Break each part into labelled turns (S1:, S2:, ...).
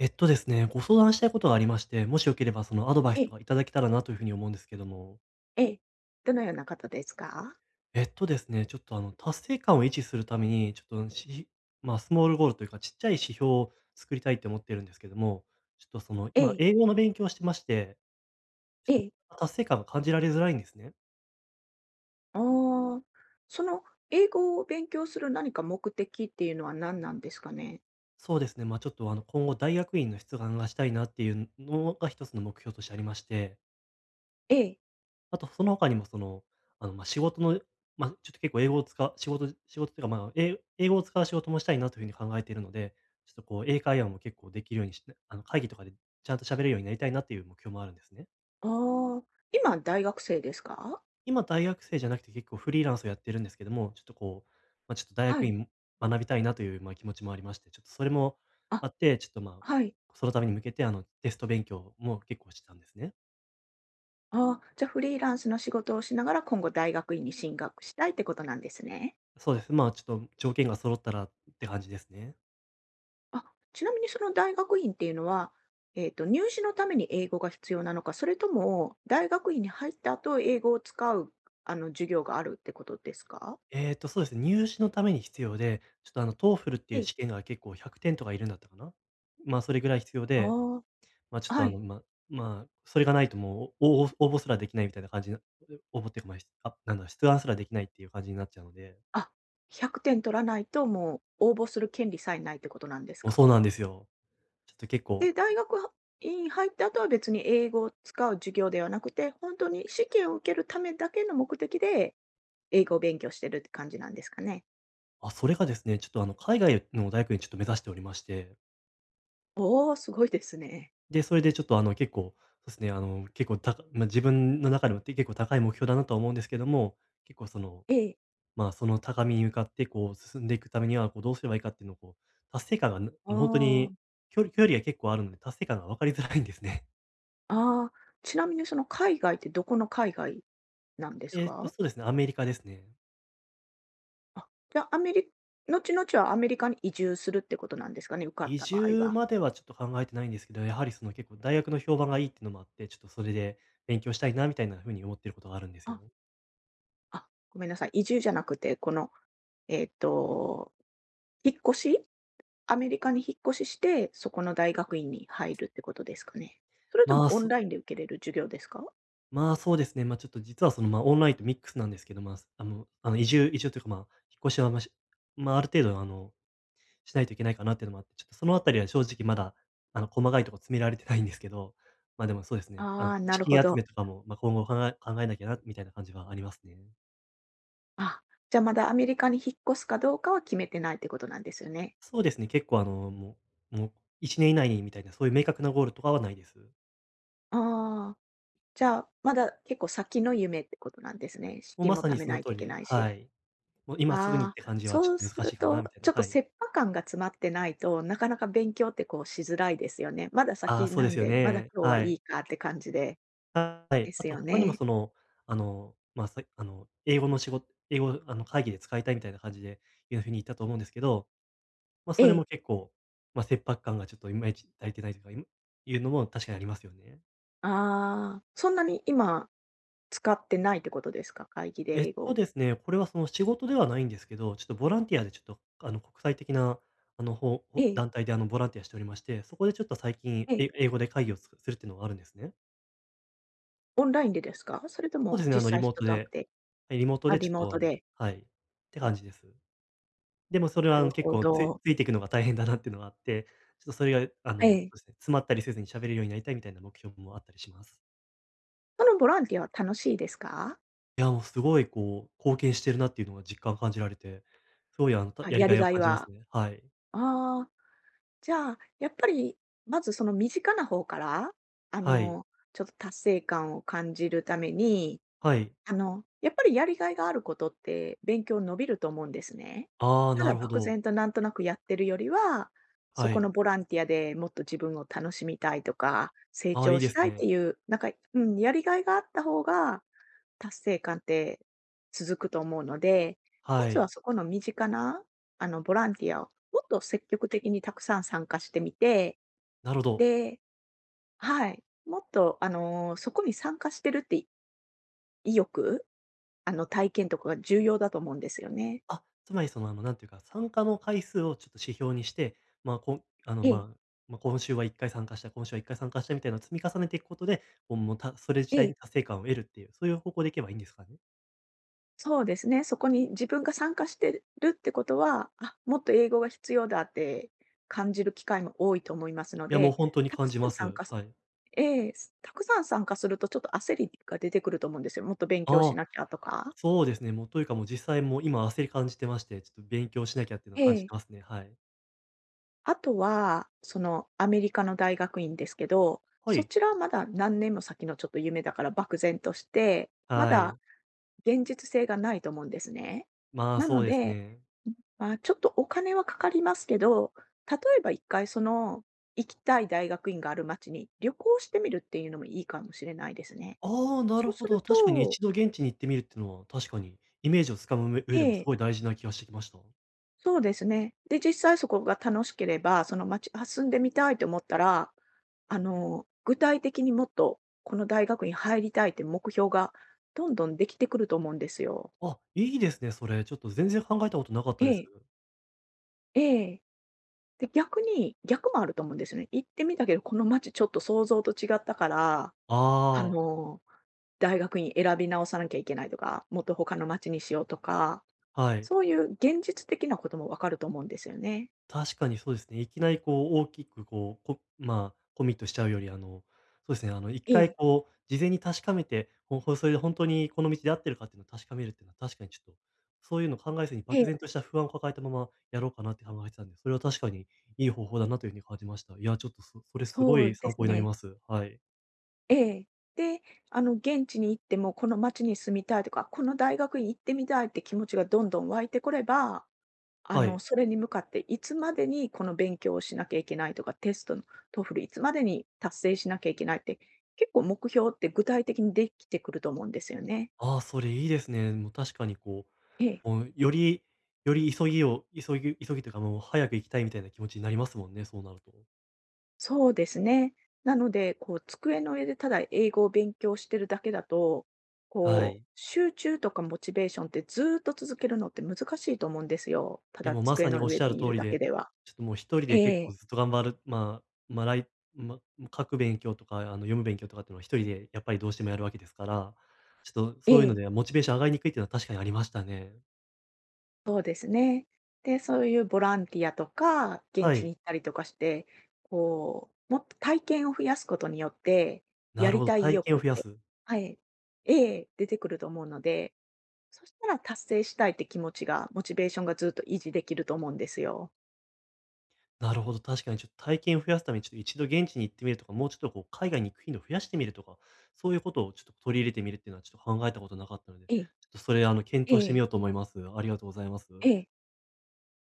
S1: えっとですね、ご相談したいことがありまして、もしよければアドバイ
S2: え
S1: スと
S2: え、
S1: かいただけたらなというふうに思うんですけども。
S2: ええ。どのような方ですか？
S1: えっとですね、ちょっとあの達成感を維持するために、ちょっとしまあ、スモールゴールというか、ちっちゃい指標を作りたいって思ってるんですけども、ちょっとその
S2: え
S1: 今
S2: え、
S1: 英語の勉強をしてまして、
S2: ええ。
S1: 達成感が感じられづらいんですね。
S2: ああ、その英語を勉強する何か目的っていうのは何なんですかね？
S1: そうですね、まあ、ちょっとあの今後大学院の出願がしたいなっていうのが一つの目標としてありまして。
S2: ええ、
S1: あと、その他にもまあ、仕事の、まあ、ちょっと結構英語を使う仕事っていうか、英語を使う仕事もしたいなというふうに考えているので、ちょっとこう英会話も結構できるようにして、会議とかでちゃんと喋れるようになりたいなっていう目標もあるんですね。
S2: ああ、今大学生ですか？
S1: 今、大学生じゃなくて結構フリーランスをやってるんですけども、ちょっとこう、まあ、ちょっと大
S2: は
S1: 学
S2: い。
S1: 院学びたいなという、まあ、気持ちもありまして、ちょっとそれも
S2: あ、
S1: あって、ちょっと、まあ、
S2: はい。
S1: そのために向けて、テスト勉強も結構してたんですね。
S2: ああ、じゃ、フリーランスの仕事をしながら今後大学院に進学したいってことなんですね。
S1: そうです。まあ、ちょっと条件が揃ったらって感じですね。
S2: あ、ちなみにその大学院っていうのは、入試のために英語が必要なのか、それとも大学院に入った後、英語を使う、授業があるってことですか？
S1: そうですね、入試のために必要で、ちょっとあの TOEFL ってい
S2: え
S1: う
S2: え。
S1: 試験が結構100点とかいるんだったかな。まあ、それぐらい必要で、
S2: あ
S1: まあ、ちょ
S2: あ、
S1: っと
S2: は
S1: あの、
S2: い。
S1: まあまあ、それがないともう応募、応募すらできないみたいな感じな応募っていうか、ま、あ、しあなんだ、出願すらできないっていう感じになっちゃうので。
S2: あ、100点取らないと、もう応募する権利さえないってことなんです
S1: もうそうな
S2: か？
S1: んですよ。ちょっと結構、
S2: で、大学院入った後は別に英語を使う授業ではなくて、本当に試験を受けるためだけの目的で、英語を勉強してるって感じなんですかね？
S1: あ、それがですね、ちょっとあの海外の大学にちょっと目指しておりまして、
S2: おお、すごいですね。
S1: で、それでちょっとあの結構、そうですね、あの結構たまあ自分の中でも結構高い目標だなとは思うんですけども、結構その
S2: ええ。
S1: まあ、その高みに向かってこう進んでいくためには、こうどうすればいいかっていうのを達成感が、な
S2: あ
S1: もう本当
S2: あ、
S1: に、距離が結構あるので、達成感が分かりづらいんですね。
S2: ああ、ちなみにその海外ってどこの海外なんですか？
S1: そうですね、アメリカですね。
S2: あ、じゃあアメリ後々はアメリカに移住するってことなんですかね？受かっ
S1: 移
S2: た場合
S1: 住
S2: は。
S1: まではちょっと考えてないんですけど、やはり結構大学の評判がいいっていうのもあって、ちょっとそれで勉強したいなみたいな風に思ってることがあるんですよ。
S2: ああ、ごめんなさい、移住じゃなくて、この、えっと、引っ越し、アメリカに引っ越しして、そこの大学院に入るってことですかね？それと
S1: ま
S2: も
S1: あ、
S2: オン
S1: そ
S2: ラインで受けれる授業ですか？
S1: まあ、そうですね、ま、ちょっと実はその、ま、オンラインとミックスなんですけど、まあ、移住というか、まあ、引っ越しは、まあしま、あある程度しないといけないかなっていうのもあって、ちょっとそのあたりは正直まだ、細かいとこ詰められてないんですけど、ま、でもそうですね、
S2: ああー、な
S1: 資
S2: るほ
S1: 金集め
S2: ど。
S1: とかも、ま、今後考えなきゃなみたいな感じはありますね。
S2: あ、じゃあ、まだアメリカに引っ越すかどうかは決めてないってことなんですよね。
S1: そうですね、結構あの、もう1年以内にみたいな、そういう明確なゴールとかはないです。
S2: ああ、じゃあ、まだ結構先の夢ってことなんですね。資
S1: もう
S2: 金
S1: ま
S2: も
S1: さ
S2: 貯
S1: に
S2: め
S1: そ
S2: な
S1: の
S2: い
S1: 通
S2: とい
S1: り
S2: け
S1: で、
S2: ない
S1: は
S2: し。
S1: い。もう今すぐにっ
S2: ああ、
S1: て感じはちょ
S2: そう
S1: っと
S2: す
S1: 難
S2: る
S1: しいかな
S2: と、
S1: みたい
S2: ち
S1: な、
S2: ょっと
S1: はい。
S2: 切迫感が詰まってないと、なかなか勉強ってこうしづらいですよね。まだ
S1: ああ、
S2: 先
S1: そう
S2: な
S1: で
S2: ん
S1: すよ
S2: で、まだ
S1: ね。
S2: 今日は
S1: は
S2: い
S1: い。
S2: いかって感じで、
S1: は
S2: で
S1: い。あ
S2: す
S1: と
S2: よ
S1: 他にも
S2: ね。
S1: その、あの、まあ、さあの、英語の仕事英語、あの、会議で使いたいみたいな感じでいうふうに言ったと思うんですけど、まあ、
S2: え
S1: それ
S2: え。
S1: も結構、まあ、切迫感がちょっといまいち足りてないというか、いうのも確かにありますよね。
S2: ああ、そんなに今使ってないってことですか？会議で
S1: えっ
S2: 英語
S1: と
S2: を。
S1: ですね、これはその仕事ではないんですけど、ちょっとボランティアでちょっと、あの、国際的な、あの、ほう
S2: え
S1: ほ
S2: え、
S1: 団体で、ボランティアしておりまして、そこでちょっと最近、
S2: ええ。
S1: 英語で会議をするっていうのがあるんですね。
S2: オンラインでですか？それと
S1: そう
S2: も
S1: ですね、あの、
S2: 実
S1: リ
S2: 際
S1: モー
S2: 人
S1: ト
S2: と会っ
S1: で
S2: て、
S1: はい、リモート
S2: あ、
S1: でちょ
S2: リ
S1: っ
S2: モー
S1: と、
S2: ト
S1: あの
S2: で。
S1: はい、って感じです。でもそ
S2: なな
S1: れは、
S2: る
S1: 結
S2: ほ
S1: 構
S2: ど。
S1: ついていくのが大変だなっていうのがあって、ちょっとそれが、
S2: え
S1: そ
S2: え。
S1: うですね、詰まったりせずに喋れるようになりたいみたいな目標もあったりします。
S2: そのボランティアは楽しいですか？
S1: いや、もうすごいこう、貢献してるなっていうのが感じられて、すごい
S2: あ、
S1: やり
S2: や
S1: が
S2: り
S1: いを
S2: がい
S1: 感じます
S2: は。
S1: ね。はい。
S2: ああ。じゃあ、やっぱり、まずその身近な方から、あ
S1: はい。
S2: の、ちょっと達成感を感じるために、
S1: はい。
S2: やっぱりやりがいがあることって勉強伸びると思うんですね。
S1: ああ、
S2: た
S1: な
S2: だ
S1: るほ
S2: 漠
S1: ど。
S2: 然となんとなくやってるよりは、そ
S1: は
S2: この
S1: い。
S2: ボランティアでもっと自分を楽しみたいとか、成
S1: ああ、い
S2: 長
S1: いで
S2: し
S1: す
S2: たいって
S1: ね。
S2: いう、なんか、うん、やりがいがあった方が、達成感って続くと思うので、ま
S1: は
S2: ずは
S1: い。
S2: そこの身近な、ボランティアをもっと積極的にたくさん参加してみて、
S1: なるほど。
S2: ではい、もっと、そこに参加してるって意欲、体験とかが重要だと思うんですよね。
S1: あ、つまりその、あの、なんていうか、参加の回数をちょっと指標にして、まあ、こんあの、
S2: ええ、
S1: まあ、まあ、今週は1回参加した、今週は1回参加したみたいなのを積み重ねていくことで、こう、もう、たそれ自
S2: え
S1: 体
S2: え、
S1: に達成感を得るっていう、そういう方向でいけばいいんですかね？
S2: そうですね。そこに自分が参加してるってことは、あ、もっと英語が必要だって感じる機会も多いと思いますの
S1: いや、もう
S2: で、
S1: 本当に
S2: たく
S1: 感
S2: さ
S1: じ
S2: ん
S1: ま
S2: 参
S1: す。
S2: 加
S1: はい。
S2: ええ、たくさん参加するとちょっと焦りが出てくると思うんですよ。もっと勉強
S1: あ
S2: し
S1: あ。
S2: なきゃとか。
S1: そうですね、もう実際もう今焦り感じてまして、ちょっと勉強しなきゃっていうのは
S2: え
S1: 感じ
S2: え。
S1: てますね。はい。
S2: あとは、そのアメリカの大学院ですけど、
S1: は
S2: そ
S1: い。
S2: ちらはまだ何年も先のちょっと夢だから漠然として、ま
S1: は
S2: だ
S1: い。
S2: 現実性がないと思うんですね。
S1: まあ、
S2: な
S1: そ
S2: の
S1: うです
S2: で、
S1: ね。
S2: まあちょっとお金はかかりますけど、例えば一回その行きたい大学院がある町に旅行してみるっていうのもいいかもしれないですね。
S1: ああ、な
S2: そ
S1: る
S2: う
S1: ほ
S2: す
S1: ど。
S2: る
S1: 確かに
S2: と
S1: 一度現地に行ってみるっていうのは、確かにイメージをつかむ上
S2: え
S1: でもす
S2: え。
S1: ごい大事な気がしてきました。
S2: そうですね。で、実際そこが楽しければ、その街あ、住んでみたいと思ったら、具体的にもっとこの大学に入りたいって目標がどんどんできてくると思うんですよ。
S1: あ、いいですね、それ。ちょっと全然考えたことなかった
S2: え
S1: です。
S2: え、ええ。で、逆に逆もあると思うんですよね。行ってみたけど、この街ちょっと想像と違ったから、あ
S1: あ
S2: の、大学院選び直さなきゃいけないとか、もっと他の街にしようとか、
S1: あ、はい。
S2: そういう現実的なこともわかると思うんですよね。
S1: 確かにそうですね。いきなりこう大きくこう、こまあ、コミットしちゃうより、一
S2: え
S1: 回
S2: え、
S1: こう事前に確かめて、それで本当にこの道で合ってるかっていうのを確かめるっていうのは確かにちょっと、そういうのを考えずに
S2: ええ、
S1: 漠然とした不安を抱えたままやろうかなって考えてたんで、それは確かにいい方法だなというふうに感じました。いや、ちょっとそそれすご
S2: そう
S1: い
S2: で
S1: 参
S2: す
S1: 考になり
S2: ね。
S1: ます。はい。
S2: ええ。で、現地に行っても、この町に住みたいとか、この大学に行ってみたいって気持ちがどんどん湧いてこれば、
S1: はい。
S2: それに向かっていつまでにこの勉強をしなきゃいけないとか、テストの TOEFL いつまでに達成しなきゃいけないって、結構目標って具体的にできてくると思うんですよね。
S1: ああ、それいいですね。もう確かに
S2: ええ。
S1: よりより急ぎを急ぎ急ぎというかもう早く行きたいみたいな気持ちになりますもんね、そうなると。
S2: そうですね。なので、こう机の上でただ英語を勉強してるだけだと、
S1: は
S2: こう
S1: い。
S2: 集中とかモチベーションってずーっと続けるのって難しいと思うんですよ。た
S1: いや、
S2: だ
S1: もうま
S2: 机
S1: さに
S2: の
S1: おっ
S2: 上
S1: しゃる
S2: にい
S1: 通
S2: る
S1: り
S2: だけ
S1: で、
S2: では。
S1: ちょっともう一人
S2: え
S1: で結構
S2: え、
S1: ずっと頑張る、まあ、まあ、らいま、書く勉強とか、読む勉強とかっていうのは一人でやっぱりどうしてもやるわけですから、ちょっと
S2: え
S1: そういうの
S2: え、
S1: ではモチベーション上がりにくいっていうのは確かにありましたね。
S2: そうですね。で、そういうボランティアとか、現
S1: は
S2: 地
S1: い。
S2: に行ったりとかして、こう、もっと体験を増やすことによって、や
S1: なる
S2: り
S1: ほど、
S2: たい意
S1: 体験
S2: 欲
S1: を
S2: っ
S1: 増や
S2: て、
S1: す。
S2: はい、ええ、出てくると思うので、そしたら達成したいって気持ちが、モチベーションがずっと維持できると思うんですよ。
S1: なるほど、確かにちょっと体験を増やすためにちょっと一度現地に行ってみるとか、もうちょっとこう海外に行く頻度を増やしてみるとか、そういうことをちょっと取り入れてみるっていうのはちょっと考えたことなかったので、ちょ
S2: ええ、
S1: っとそれ検
S2: え
S1: 討してみ
S2: え、
S1: ようと思います。ありがとうございま
S2: え
S1: す。
S2: え。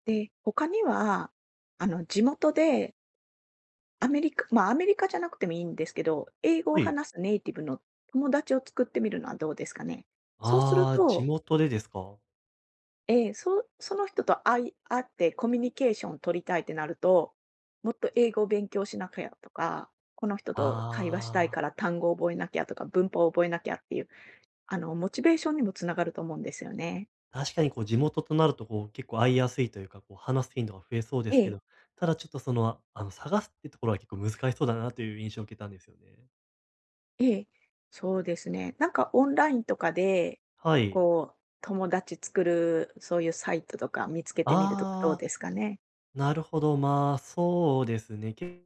S2: で、他には、地元でアメリカまあ、アメリカじゃなくてもいいんですけど、英語を
S1: はい。
S2: 話すネイティブの友達を作ってみるのはどうですかね。そうする
S1: ああ、地
S2: と
S1: 元でですか？
S2: ええ、その人と会ってコミュニケーションを取りたいってなると、もっと英語を勉強しなきゃとか、この人と会話したい
S1: ああ、
S2: から単語を覚えなきゃとか、文法を覚えなきゃっていうモチベーションにもつながると思うんですよね。
S1: 確かにこう地元となるとこう結構会いやすいというか、こう話す頻度が増えそうで
S2: え
S1: すけ
S2: え。
S1: ど、ただちょっと探すってところは結構難しそうだなという印象を受けたんですよね。
S2: ええ、そうですね。なんかオンラインとかで、
S1: はい。
S2: こう、友達作る、そういうサイトとか見つけてみるとかどう
S1: ああ、
S2: ですかね。
S1: なるほど。まあ、そうですね。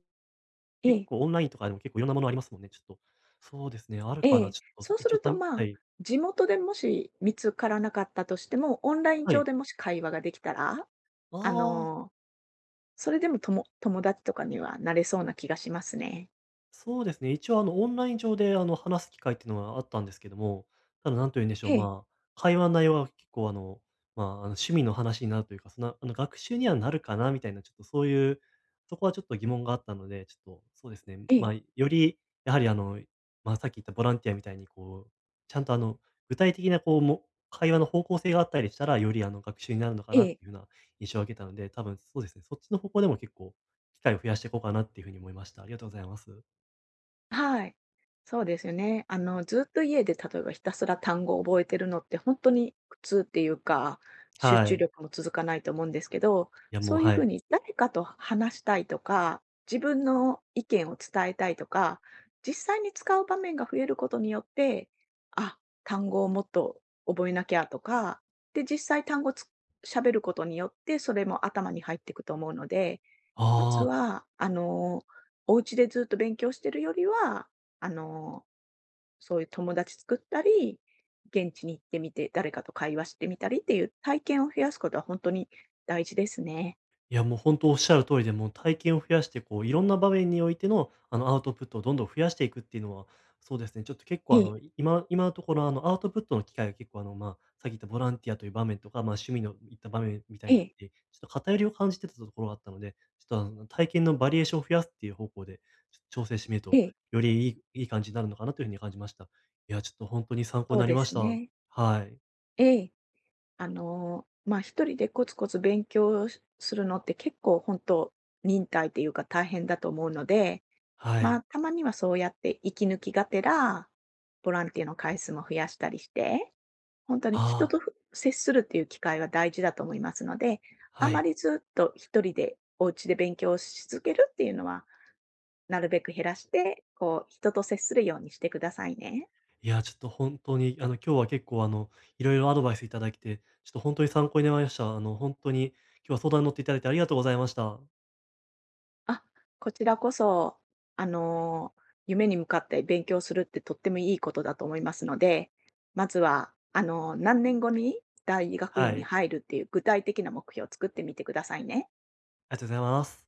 S2: え
S1: 結
S2: え、
S1: 構オンラインとかでも結構いろんなものありますもんね。ちょっと、そうですね、あるか
S2: え
S1: な。
S2: え。
S1: ちょっと
S2: そうす
S1: 一応
S2: る
S1: た
S2: と、ま
S1: は
S2: あ、
S1: い。
S2: 地元でもし見つからなかったとしても、オンライン
S1: は
S2: 上
S1: い。
S2: でもし会話ができたら、
S1: あ
S2: あ
S1: あ。
S2: の、それでも友達とかにはなれそうな気がしますね。
S1: そうですね、一応オンライン上で話す機会っていうのはあったんですけども、ただなんと言うんでしょう、
S2: ええ、
S1: まあ、会話の内容は結構まあ、趣味の話になるというか、学習にはなるかなみたいな、ちょっとそういう、そこはちょっと疑問があったので、ちょっとそうですね、
S2: え
S1: まあ、
S2: え、
S1: より、やはり、さっき言ったボランティアみたいに、こう、ちゃんとあの、具体的なこうも、会話の方向性があったりしたら、より学習になるのか
S2: え
S1: なって
S2: え。
S1: いうふうな印象を受けたので、多分そうですね、そっちの方向でも結構、機会を増やしていこうかなっていうふうに思いました。ありがとうございます。
S2: はい。そうですよね。ずっと家で例えばひたすら単語を覚えてるのって本当に苦痛っていうか、集
S1: は
S2: 中
S1: い。
S2: 力も続かないと思うんですけど、
S1: いや、も
S2: そ
S1: う
S2: ういう
S1: は
S2: 風
S1: い。
S2: に誰かと話したいとか、自分の意見を伝えたいとか、実際に使う場面が増えることによって、あ、単語をもっと覚えなきゃとか、で、実際単語つ喋ることによって、それも頭に入っていくと思うので、まず
S1: ああ、
S2: は、お家でずっと勉強してるよりは、あの、そういう友達作ったり、現地に行ってみて、誰かと会話してみたりっていう体験を増やすことは本当に大事ですね。
S1: いや、もう本当おっしゃる通りで、もう体験を増やして、こう、いろんな場面においての、アウトプットをどんどん増やしていくっていうのは、そうですね、ちょっと結
S2: え
S1: 構、
S2: え、
S1: 今のところ、アウトプットの機会が結構、まあ、さっき言ったボランティアという場面とか、まあ、趣味のいった場面みた
S2: え
S1: いな風
S2: え、
S1: に、ちょっと偏りを感じてたところがあったので、ちょっと、体験のバリエーションを増やすっていう方向で、ちょっと調整してみる
S2: え
S1: と、
S2: え、
S1: よりいい感じになるのかなという風に感じました。いや、ちょっと本当に参考
S2: そ
S1: に
S2: う
S1: なり
S2: で
S1: まし
S2: す
S1: た。
S2: ね。
S1: はい。
S2: ええ。まあ、一人でコツコツ勉強するのって結構本当忍耐っていうか大変だと思うので、
S1: は
S2: まあ、
S1: い。
S2: たまにはそうやって息抜きがてら、ボランティアの回数も増やしたりして本当に人
S1: あ
S2: とふ接するっていう機会は大事だと思いますので、
S1: あ、
S2: あ
S1: は
S2: ま
S1: い。
S2: りずっと一人でお家で勉強し続けるっていうのは、なるべく減らして、こう人と接するようにしてくださいね。
S1: いや、ちょっと本当に、今日は結構、いろいろアドバイスいただいて、ちょっと本当に参考になりました。本当に今日は相談に乗っていただいてありがとうございました。
S2: あ、こちらこそ、あの、夢に向かって勉強するってとってもいいことだと思いますので、まずは、何年後に大学
S1: はい、
S2: 院
S1: あ
S2: に
S1: り
S2: 入るっていう具体的な目標を作ってみてくださいね。
S1: がとうございます。